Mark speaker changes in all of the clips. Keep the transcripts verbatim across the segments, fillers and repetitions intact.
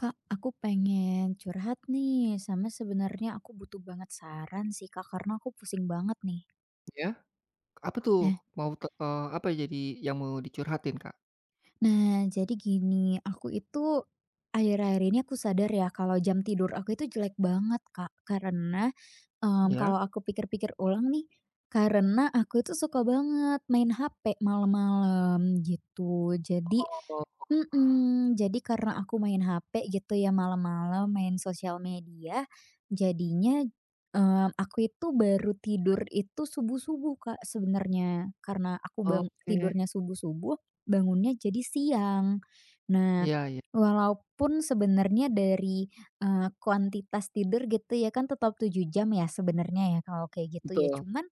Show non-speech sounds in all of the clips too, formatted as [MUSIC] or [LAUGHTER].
Speaker 1: Kak, aku pengen curhat nih, sama sebenarnya aku butuh banget saran sih Kak, karena aku pusing banget nih.
Speaker 2: Ya, apa tuh?
Speaker 1: Nah
Speaker 2: Mau te eee, apa ya jadi yang mau dicurhatin, Kak?
Speaker 1: nah jadi gini, aku itu akhir-akhir ini aku sadar ya kalau jam tidur aku itu jelek banget Kak, karena, mmm, kalau
Speaker 2: Ya?
Speaker 1: aku pikir-pikir ulang nih, karena aku itu suka banget main H P malam-malam gitu. Jadi
Speaker 2: Oh,
Speaker 1: Mhm, jadi karena aku main H P gitu ya malam-malam, main sosial media, jadinya, eee, aku itu baru tidur itu subuh-subuh, Kak, sebenarnya. Karena aku bang
Speaker 2: oke.
Speaker 1: tidurnya subuh-subuh, bangunnya jadi siang. Nah,
Speaker 2: Iya, iya,
Speaker 1: walaupun sebenarnya dari, eee, kuantitas tidur gitu ya kan tetap tujuh jam ya sebenarnya ya kalau kayak gitu ya,
Speaker 2: betul.
Speaker 1: cuman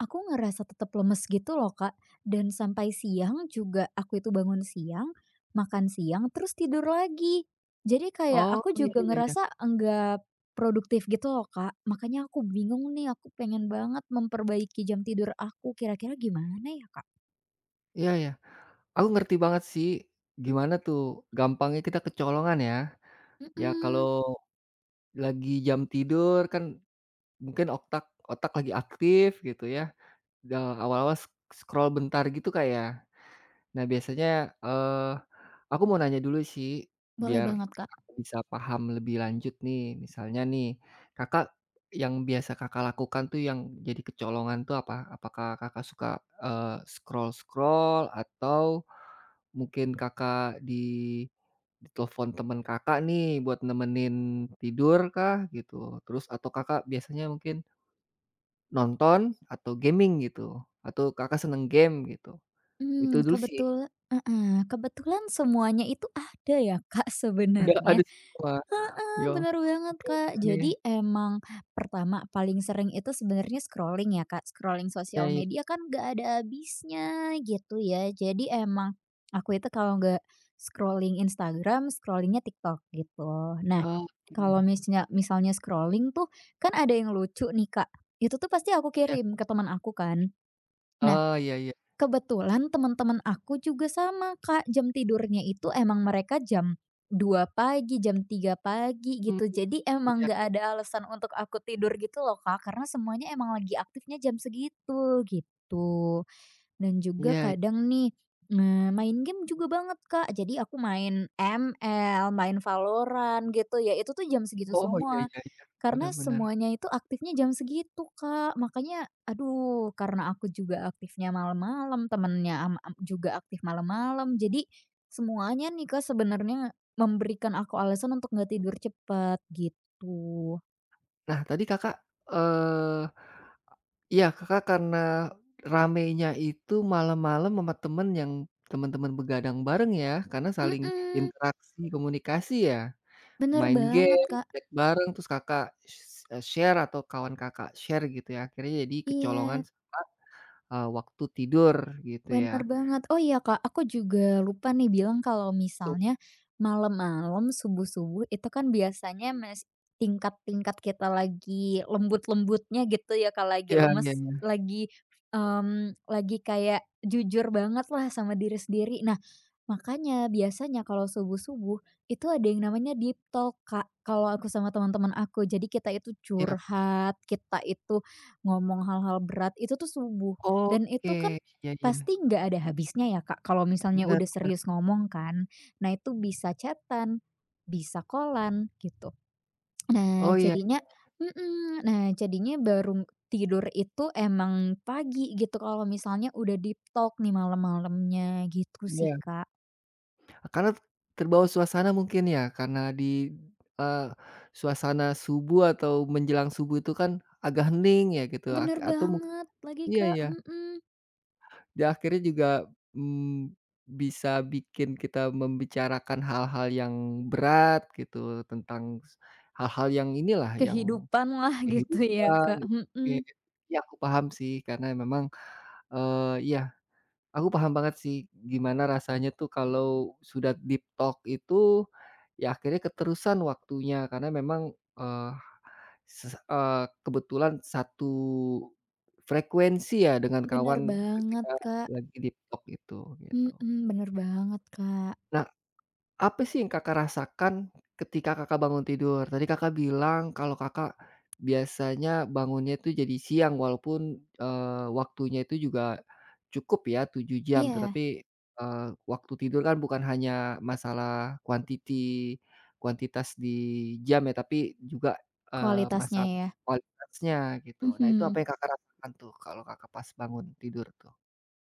Speaker 1: aku ngerasa tetap lemes gitu loh, Kak, dan sampai siang juga aku itu bangun siang. Makan siang, terus tidur lagi. Jadi kayak
Speaker 2: Oh,
Speaker 1: aku
Speaker 2: iya,
Speaker 1: juga
Speaker 2: iya, iya.
Speaker 1: ngerasa enggak produktif gitu loh, Kak. Makanya aku bingung nih, aku pengen banget memperbaiki jam tidur aku, kira-kira gimana ya, Kak?
Speaker 2: Iya, iya. Aku ngerti banget sih gimana tuh gampangnya kita kecolongan ya. Ya, kalau
Speaker 1: Mhm,
Speaker 2: lagi jam tidur kan mungkin oktak otak lagi aktif gitu ya, da awal-awal sk scroll bentar gitu, Kak, ya? Nah, biasanya, eee, aku mau nanya dulu sih,
Speaker 1: boleh
Speaker 2: biar
Speaker 1: banget, Kak.
Speaker 2: aku bisa paham lebih lanjut nih, misalnya nih, Kakak yang biasa Kakak lakukan tuh yang jadi kecolongan tuh apa? Apakah Kakak suka, eee, scroll-scroll atau mungkin Kakak di ditelepon temen Kakak nih buat nemenin tidur kah gitu? Terus atau Kakak biasanya mungkin nonton atau gaming gitu? Atau Kakak seneng game gitu? Itu
Speaker 1: Hmm,
Speaker 2: dulu sih,
Speaker 1: kebetul heeh, kebetulan semuanya itu ada ya, Kak,
Speaker 2: udah
Speaker 1: sebenarnya.
Speaker 2: ada semua.
Speaker 1: Heeh,
Speaker 2: Yo,
Speaker 1: bener banget,
Speaker 2: oke, oke,
Speaker 1: Kak. Jadi emang pertama paling sering itu sebenarnya scrolling ya, Kak. Scrolling
Speaker 2: iya,
Speaker 1: sosial
Speaker 2: iya,
Speaker 1: media kan nggak ada habisnya gitu ya. Jadi emang aku itu kalau nggak scrolling Instagram, scrollingnya TikTok gitu. Nah,
Speaker 2: oke,
Speaker 1: kalau misalnya misalnya scrolling tuh kan ada yang lucu nih, Kak. Itu tuh pasti aku
Speaker 2: iya,
Speaker 1: kirim ke teman aku kan. Nah,
Speaker 2: oh, iya, iya,
Speaker 1: kebetulan teman-teman aku juga sama, Kak, jam tidurnya itu emang mereka jam dua pagi, jam tiga pagi
Speaker 2: mmm,
Speaker 1: gitu. Jadi emang
Speaker 2: iya,
Speaker 1: nggak ada alasan untuk aku tidur gitu loh, Kak, karena semuanya emang lagi aktifnya jam segitu, gitu. Dan juga
Speaker 2: iya, iya.
Speaker 1: kadang nih, eee, main game juga banget, Kak. Jadi aku main M L, main Valorant gitu ya, itu tuh jam segitu
Speaker 2: Oh, iya,
Speaker 1: semua.
Speaker 2: iya, iya,
Speaker 1: Karena
Speaker 2: benar-benar.
Speaker 1: semuanya itu aktifnya jam segitu, Kak. Makanya aduh, karena aku juga aktifnya malam-malam, temennya am am juga aktif malam-malam. Jadi semuanya nih, Kak, sebenarnya memberikan aku alasan untuk nggak tidur cepat gitu.
Speaker 2: Nah, tadi Kakak, eee, iya Kakak karena ramenya itu malam-malam sama temen yang teman-teman begadang bareng ya, karena saling
Speaker 1: Mhm,
Speaker 2: interaksi, komunikasi ya,
Speaker 1: bener
Speaker 2: main
Speaker 1: banget,
Speaker 2: game,
Speaker 1: Kak.
Speaker 2: chat bareng, terus Kakak s eee, share atau kawan Kakak share gitu ya, akhirnya jadi kecolongan
Speaker 1: Iya.
Speaker 2: sama, eee, waktu tidur gitu ya.
Speaker 1: Bener banget. Oh iya Kak, aku juga lupa nih bilang kalau
Speaker 2: Tuh.
Speaker 1: misalnya malam-malam, subuh-subuh itu kan biasanya mas tingkat-tingkat kita lagi lembut-lembutnya gitu ya Kak, lagi
Speaker 2: Iya,
Speaker 1: lemes,
Speaker 2: iya.
Speaker 1: lagi, mmm, lagi kayak jujur banget lah sama diri sendiri. Nah, makanya biasanya kalau subuh-subuh, itu ada yang namanya deep talk, Kak, kalau aku sama teman-teman aku. Jadi kita itu
Speaker 2: Iya,
Speaker 1: curhat, kita itu ngomong hal-hal berat, itu tuh subuh. Dan
Speaker 2: oke,
Speaker 1: itu kan
Speaker 2: iya, iya,
Speaker 1: pasti nggak ada habisnya ya, Kak, kalau misalnya
Speaker 2: bener,
Speaker 1: udah
Speaker 2: bener.
Speaker 1: serius ngomong kan. Nah itu bisa chat bisa kolan gitu. Nah
Speaker 2: Oh, iya,
Speaker 1: jadinya mhm, nah jadinya baru tidur itu emang pagi gitu kalau misalnya udah deep talk nih malam-malamnya, gitu sih,
Speaker 2: iya,
Speaker 1: Kak.
Speaker 2: karena terbawa suasana mungkin ya, karena di, eee, suasana subuh atau menjelang subuh itu kan agak hening ya gitu, ak
Speaker 1: Bener
Speaker 2: atau mung
Speaker 1: banget lagi,
Speaker 2: iya,
Speaker 1: Kak,
Speaker 2: iya,
Speaker 1: mhm.
Speaker 2: di akhirnya juga, mmm, bisa bikin kita membicarakan hal-hal yang berat gitu, tentang s hal-hal yang inilah, yang
Speaker 1: Kehidupan lah [LAUGHS] gitu ya,
Speaker 2: kehidupan,
Speaker 1: Kak,
Speaker 2: oke.
Speaker 1: mhm.
Speaker 2: Iya, aku paham sih, karena memang, eee, iya, aku paham banget sih, gimana rasanya tuh kalau sudah deep talk itu, ya akhirnya keterusan waktunya karena memang, eee, ses eee, kebetulan satu frekuensi ya dengan
Speaker 1: Bener
Speaker 2: kawan
Speaker 1: banget,
Speaker 2: ketika
Speaker 1: Kak,
Speaker 2: lagi deep talk itu, gitu.
Speaker 1: mhm, bener banget, Kak.
Speaker 2: Apa sih yang Kakak rasakan ketika Kakak bangun tidur? Tadi Kakak bilang kalau Kakak biasanya bangunnya itu jadi siang walaupun, eee, waktunya itu juga cukup ya tujuh jam,
Speaker 1: Iya,
Speaker 2: tetapi, eee, waktu tidur kan bukan hanya masalah kuantiti kuantitas di jam ya, tapi juga, eee,
Speaker 1: kualitasnya
Speaker 2: masalah
Speaker 1: ya,
Speaker 2: kualitasnya gitu. Nah, itu apa
Speaker 1: mhm.
Speaker 2: yang Kakak rasakan tuh kalau Kakak pas bangun tidur tuh?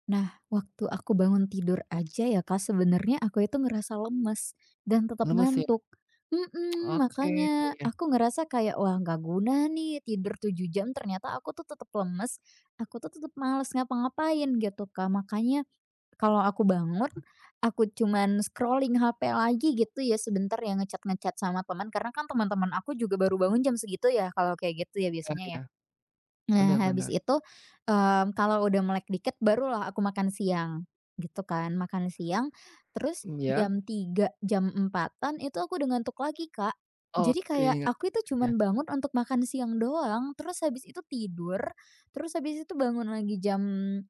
Speaker 1: Nah, waktu aku bangun tidur aja ya, Kak, sebenernya aku itu ngerasa lemes dan tetap
Speaker 2: Lemes ya?
Speaker 1: ngantuk, mhm,
Speaker 2: Oke,
Speaker 1: makanya
Speaker 2: ya,
Speaker 1: aku ngerasa kayak, "Wah, nggak guna nih tidur tujuh jam ternyata aku tuh tetep lemes, aku tuh tetep males ngapa-ngapain," gitu, Kak. Makanya kalau aku bangun, aku cuman scrolling H P lagi gitu ya sebentar ya, nge chat sama teman, karena kan teman-teman aku juga baru bangun jam segitu ya, kalau kayak gitu ya
Speaker 2: ya,
Speaker 1: biasanya ya.
Speaker 2: iya.
Speaker 1: Nah,
Speaker 2: Benar,
Speaker 1: habis
Speaker 2: bener.
Speaker 1: itu, mmm, kalau udah melek dikit barulah aku makan siang, gitu kan. Makan siang, terus
Speaker 2: Mmm, ya?
Speaker 1: jam tiga jam empatan itu aku udah ngantuk lagi, Kak. Jadi
Speaker 2: Oke,
Speaker 1: kayak
Speaker 2: ingat
Speaker 1: aku itu
Speaker 2: ya,
Speaker 1: cuman bangun untuk makan siang doang, terus habis itu tidur, terus habis itu bangun lagi jam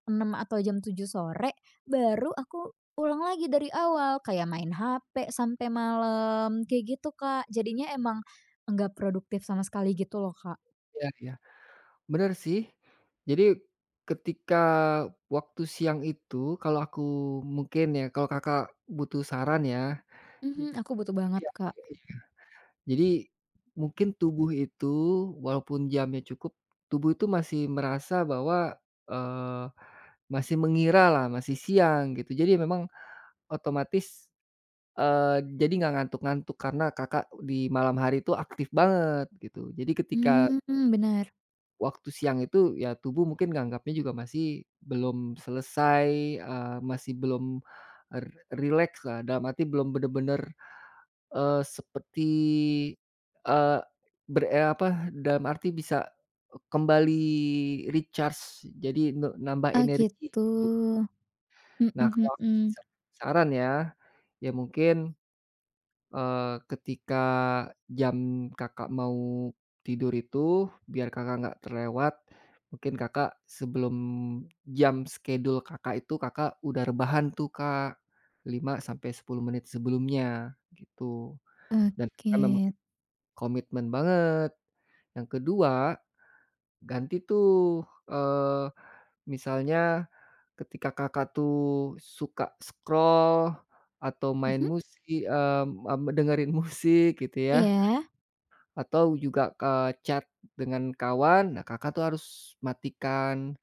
Speaker 1: enam atau jam tujuh sore, baru aku ulang lagi dari awal, kayak main H P sampai malam, kayak gitu, Kak. Jadinya emang nggak produktif sama sekali gitu loh, Kak.
Speaker 2: iya, iya, bener sih. Jadi, ketika waktu siang itu kalau aku mungkin ya, kalau Kakak butuh saran ya,
Speaker 1: Mhm,
Speaker 2: gitu.
Speaker 1: aku butuh
Speaker 2: Tapi
Speaker 1: banget,
Speaker 2: ya
Speaker 1: Kak.
Speaker 2: jadi mungkin tubuh itu walaupun jamnya cukup, tubuh itu masih merasa bahwa, eee, masih mengira lah masih siang gitu. Jadi memang otomatis, eee, jadi nggak ngantuk-ngantuk karena Kakak di malam hari itu aktif banget gitu. Jadi ketika
Speaker 1: Mmm, benar.
Speaker 2: waktu siang itu ya tubuh mungkin nganggapnya juga masih belum selesai, eee, masih belum re rilekslah, dalam arti belum bener-bener, eee, seperti, eee, ber eee, apa, dalam arti bisa kembali recharge, jadi ne nambah
Speaker 1: Oh,
Speaker 2: energi
Speaker 1: gitu.
Speaker 2: gitu.
Speaker 1: Mhm
Speaker 2: Nah, kalau aku
Speaker 1: mhm.
Speaker 2: sih saran ya, ya mungkin Eee, ketika jam Kakak mau tidur itu, biar Kakak nggak terlewat, mungkin Kakak sebelum jam schedule Kakak itu, Kakak udah rebahan tuh, Kak, lima sampai sepuluh menit sebelumnya, gitu. Dan
Speaker 1: Oke.
Speaker 2: Kakak memang komitmen banget. Yang kedua, ganti tuh, eee, misalnya ketika Kakak tuh suka scroll atau main
Speaker 1: Mhm?
Speaker 2: musik mmm, mmm, dengerin [LAUGHS] musik gitu ya,
Speaker 1: Iya?
Speaker 2: atau juga, ke chat dengan kawan, nah Kakak tuh harus matikan,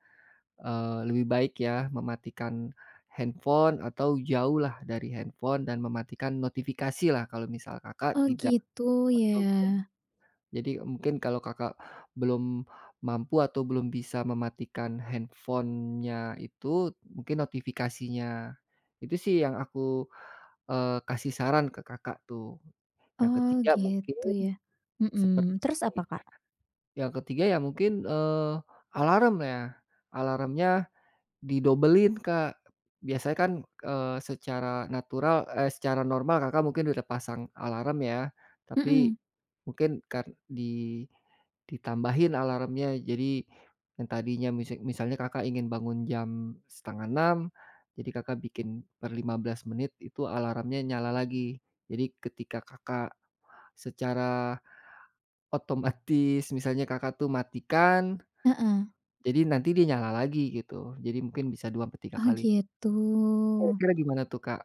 Speaker 2: eee, lebih baik ya mematikan handphone atau jauhlah dari handphone dan mematikan notifikasi lah kalau misal Kakak
Speaker 1: Oh,
Speaker 2: tidak
Speaker 1: gitu ya.
Speaker 2: untuk jadi mungkin kalau Kakak belum mampu atau belum bisa mematikan handphonenya itu, mungkin notifikasinya. Itu sih yang aku, eee, kasih saran ke Kakak tuh. Yang
Speaker 1: Oh,
Speaker 2: ketiga
Speaker 1: gitu
Speaker 2: mungkin
Speaker 1: ya.
Speaker 2: seperti
Speaker 1: Mhm, terus apa, Kak?
Speaker 2: yang ketiga ya mungkin, eee, alarm ya. Alarmnya didobelin, Kak. Biasanya kan, eee, secara natural eh, secara normal Kakak mungkin udah pasang alarm ya, tapi
Speaker 1: Mhm,
Speaker 2: mungkin kar di ditambahin alarmnya. Jadi yang tadinya misi misalnya Kakak ingin bangun jam setengah enam jadi Kakak bikin per lima belas menit itu alarmnya nyala lagi. Jadi ketika Kakak secara otomatis misalnya Kakak tuh matikan
Speaker 1: heeh.
Speaker 2: jadi nanti dia nyala lagi gitu. Jadi mungkin bisa dua ampe tiga
Speaker 1: Oh,
Speaker 2: kali.
Speaker 1: gitu.
Speaker 2: Kira-kira gimana tuh, Kak?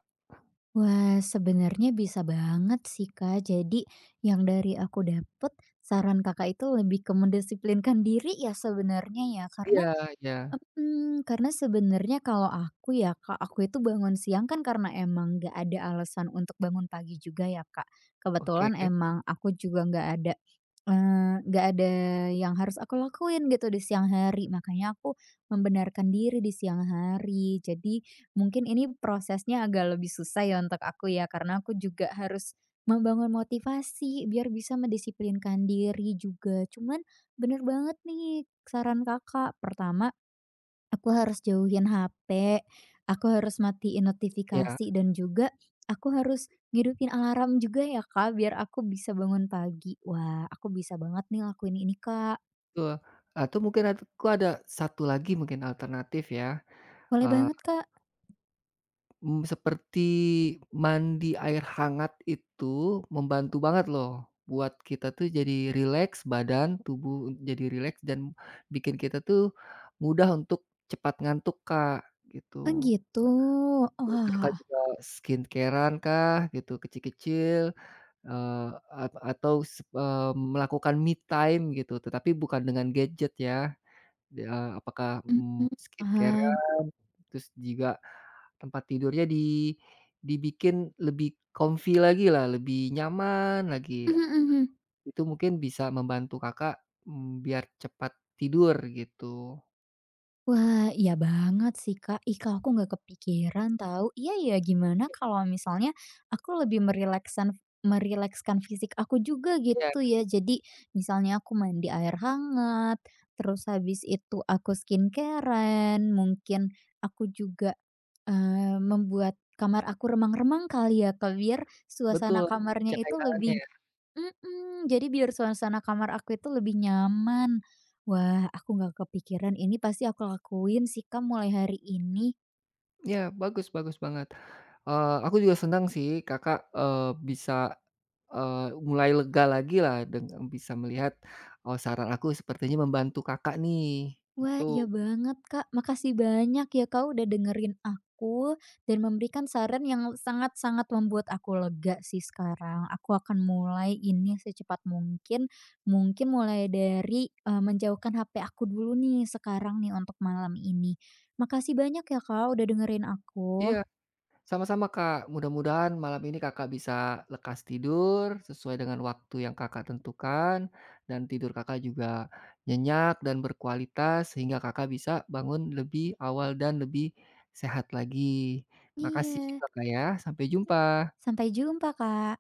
Speaker 1: Wah, sebenarnya bisa banget sih, Kak. Jadi yang dari aku dapet, saran Kakak itu lebih ke mendisiplinkan diri ya sebenarnya ya,
Speaker 2: Iya,
Speaker 1: karena
Speaker 2: iya.
Speaker 1: mmm, karena sebenarnya kalau aku ya, Kak, aku itu bangun siang kan karena emang nggak ada alasan untuk bangun pagi juga ya, Kak.
Speaker 2: Oke.
Speaker 1: Kebetulan emang aku juga nggak ada, eee, nggak ada yang harus aku lakuin gitu di siang hari, makanya aku membenarkan diri di siang hari. Jadi mungkin ini prosesnya agak lebih susah ya untuk aku ya, karena aku juga harus membangun motivasi biar bisa mendisiplinkan diri juga. Cuman bener banget nih saran Kakak, pertama aku harus jauhin H P, aku harus matiin
Speaker 2: Iya,
Speaker 1: notifikasi dan juga aku harus ngidupin alarm juga ya, Kak, biar aku bisa bangun pagi. Wah, aku bisa banget nih lakuin ini, Kak.
Speaker 2: betul. Atau mungkin aku ada satu lagi mungkin alternatif ya,
Speaker 1: Boleh
Speaker 2: eee,
Speaker 1: banget, Kak.
Speaker 2: mmm, seperti mandi air hangat itu membantu banget loh buat kita tuh jadi rileks badan, tubuh jadi rileks dan bikin kita tuh mudah untuk cepat ngantuk, Kak,
Speaker 1: Oh,
Speaker 2: gitu.
Speaker 1: gitu.
Speaker 2: Terus Kakak
Speaker 1: Wah,
Speaker 2: juga skincare-an kah gitu kecil-kecil Eee, at atau sep eee, melakukan me time gitu, tetapi bukan dengan gadget ya, eee, apakah, mmm,
Speaker 1: mhm, paham.
Speaker 2: skincare-an, terus juga tempat tidurnya di dibikin lebih comfy lagilah, lebih nyaman
Speaker 1: [LAUGHS]
Speaker 2: lagi.
Speaker 1: Mhm mhm.
Speaker 2: Itu mungkin bisa membantu Kakak, mmm, biar cepat tidur gitu.
Speaker 1: Wah, iya banget sih, Kak. Ih, Kak, aku nggak kepikiran tahu. Iya ya, gimana kalau misalnya aku lebih merileksan merilekskan fisik aku juga
Speaker 2: Iya,
Speaker 1: gitu ya. Jadi misalnya aku mandi air hangat, terus habis itu aku skincarean. Mungkin aku juga eh, membuat kamar aku remang-remang kali ya, Kak, biar
Speaker 2: betul,
Speaker 1: suasana kamarnya itu
Speaker 2: pencahayaannya.
Speaker 1: lebih mhm, jadi biar suasana kamar aku itu lebih nyaman. Wah, aku nggak kepikiran ini pasti aku lakuin sih, Kak, mulai hari ini.
Speaker 2: Iya, bagus, bagus banget. Eee, aku juga senang sih Kakak, eee, bisa Eee, mulai lega lagi lah dengan bisa melihat, oh saran aku sepertinya membantu Kakak nih,
Speaker 1: Wah, iya
Speaker 2: gitu.
Speaker 1: banget, Kak. Makasih banyak ya, Kak, udah dengerin aku dan memberikan saran yang sangat-sangat membuat aku lega sih sekarang. Aku akan mulai ini secepat mungkin. Mungkin mulai dari, eee, menjauhkan H P aku dulu nih sekarang nih untuk malam ini. Makasih banyak ya, Kak, udah dengerin
Speaker 2: Iya,
Speaker 1: aku.
Speaker 2: sama-sama Kak, mudah-mudahan malam ini Kakak bisa lekas tidur, sesuai dengan waktu yang Kakak tentukan, dan tidur Kakak juga nyenyak dan berkualitas, sehingga Kakak bisa bangun lebih awal dan lebih sehat lagi. Makasih
Speaker 1: Iya.
Speaker 2: juga Kak ya, sampai jumpa.
Speaker 1: Sampai jumpa, Kak.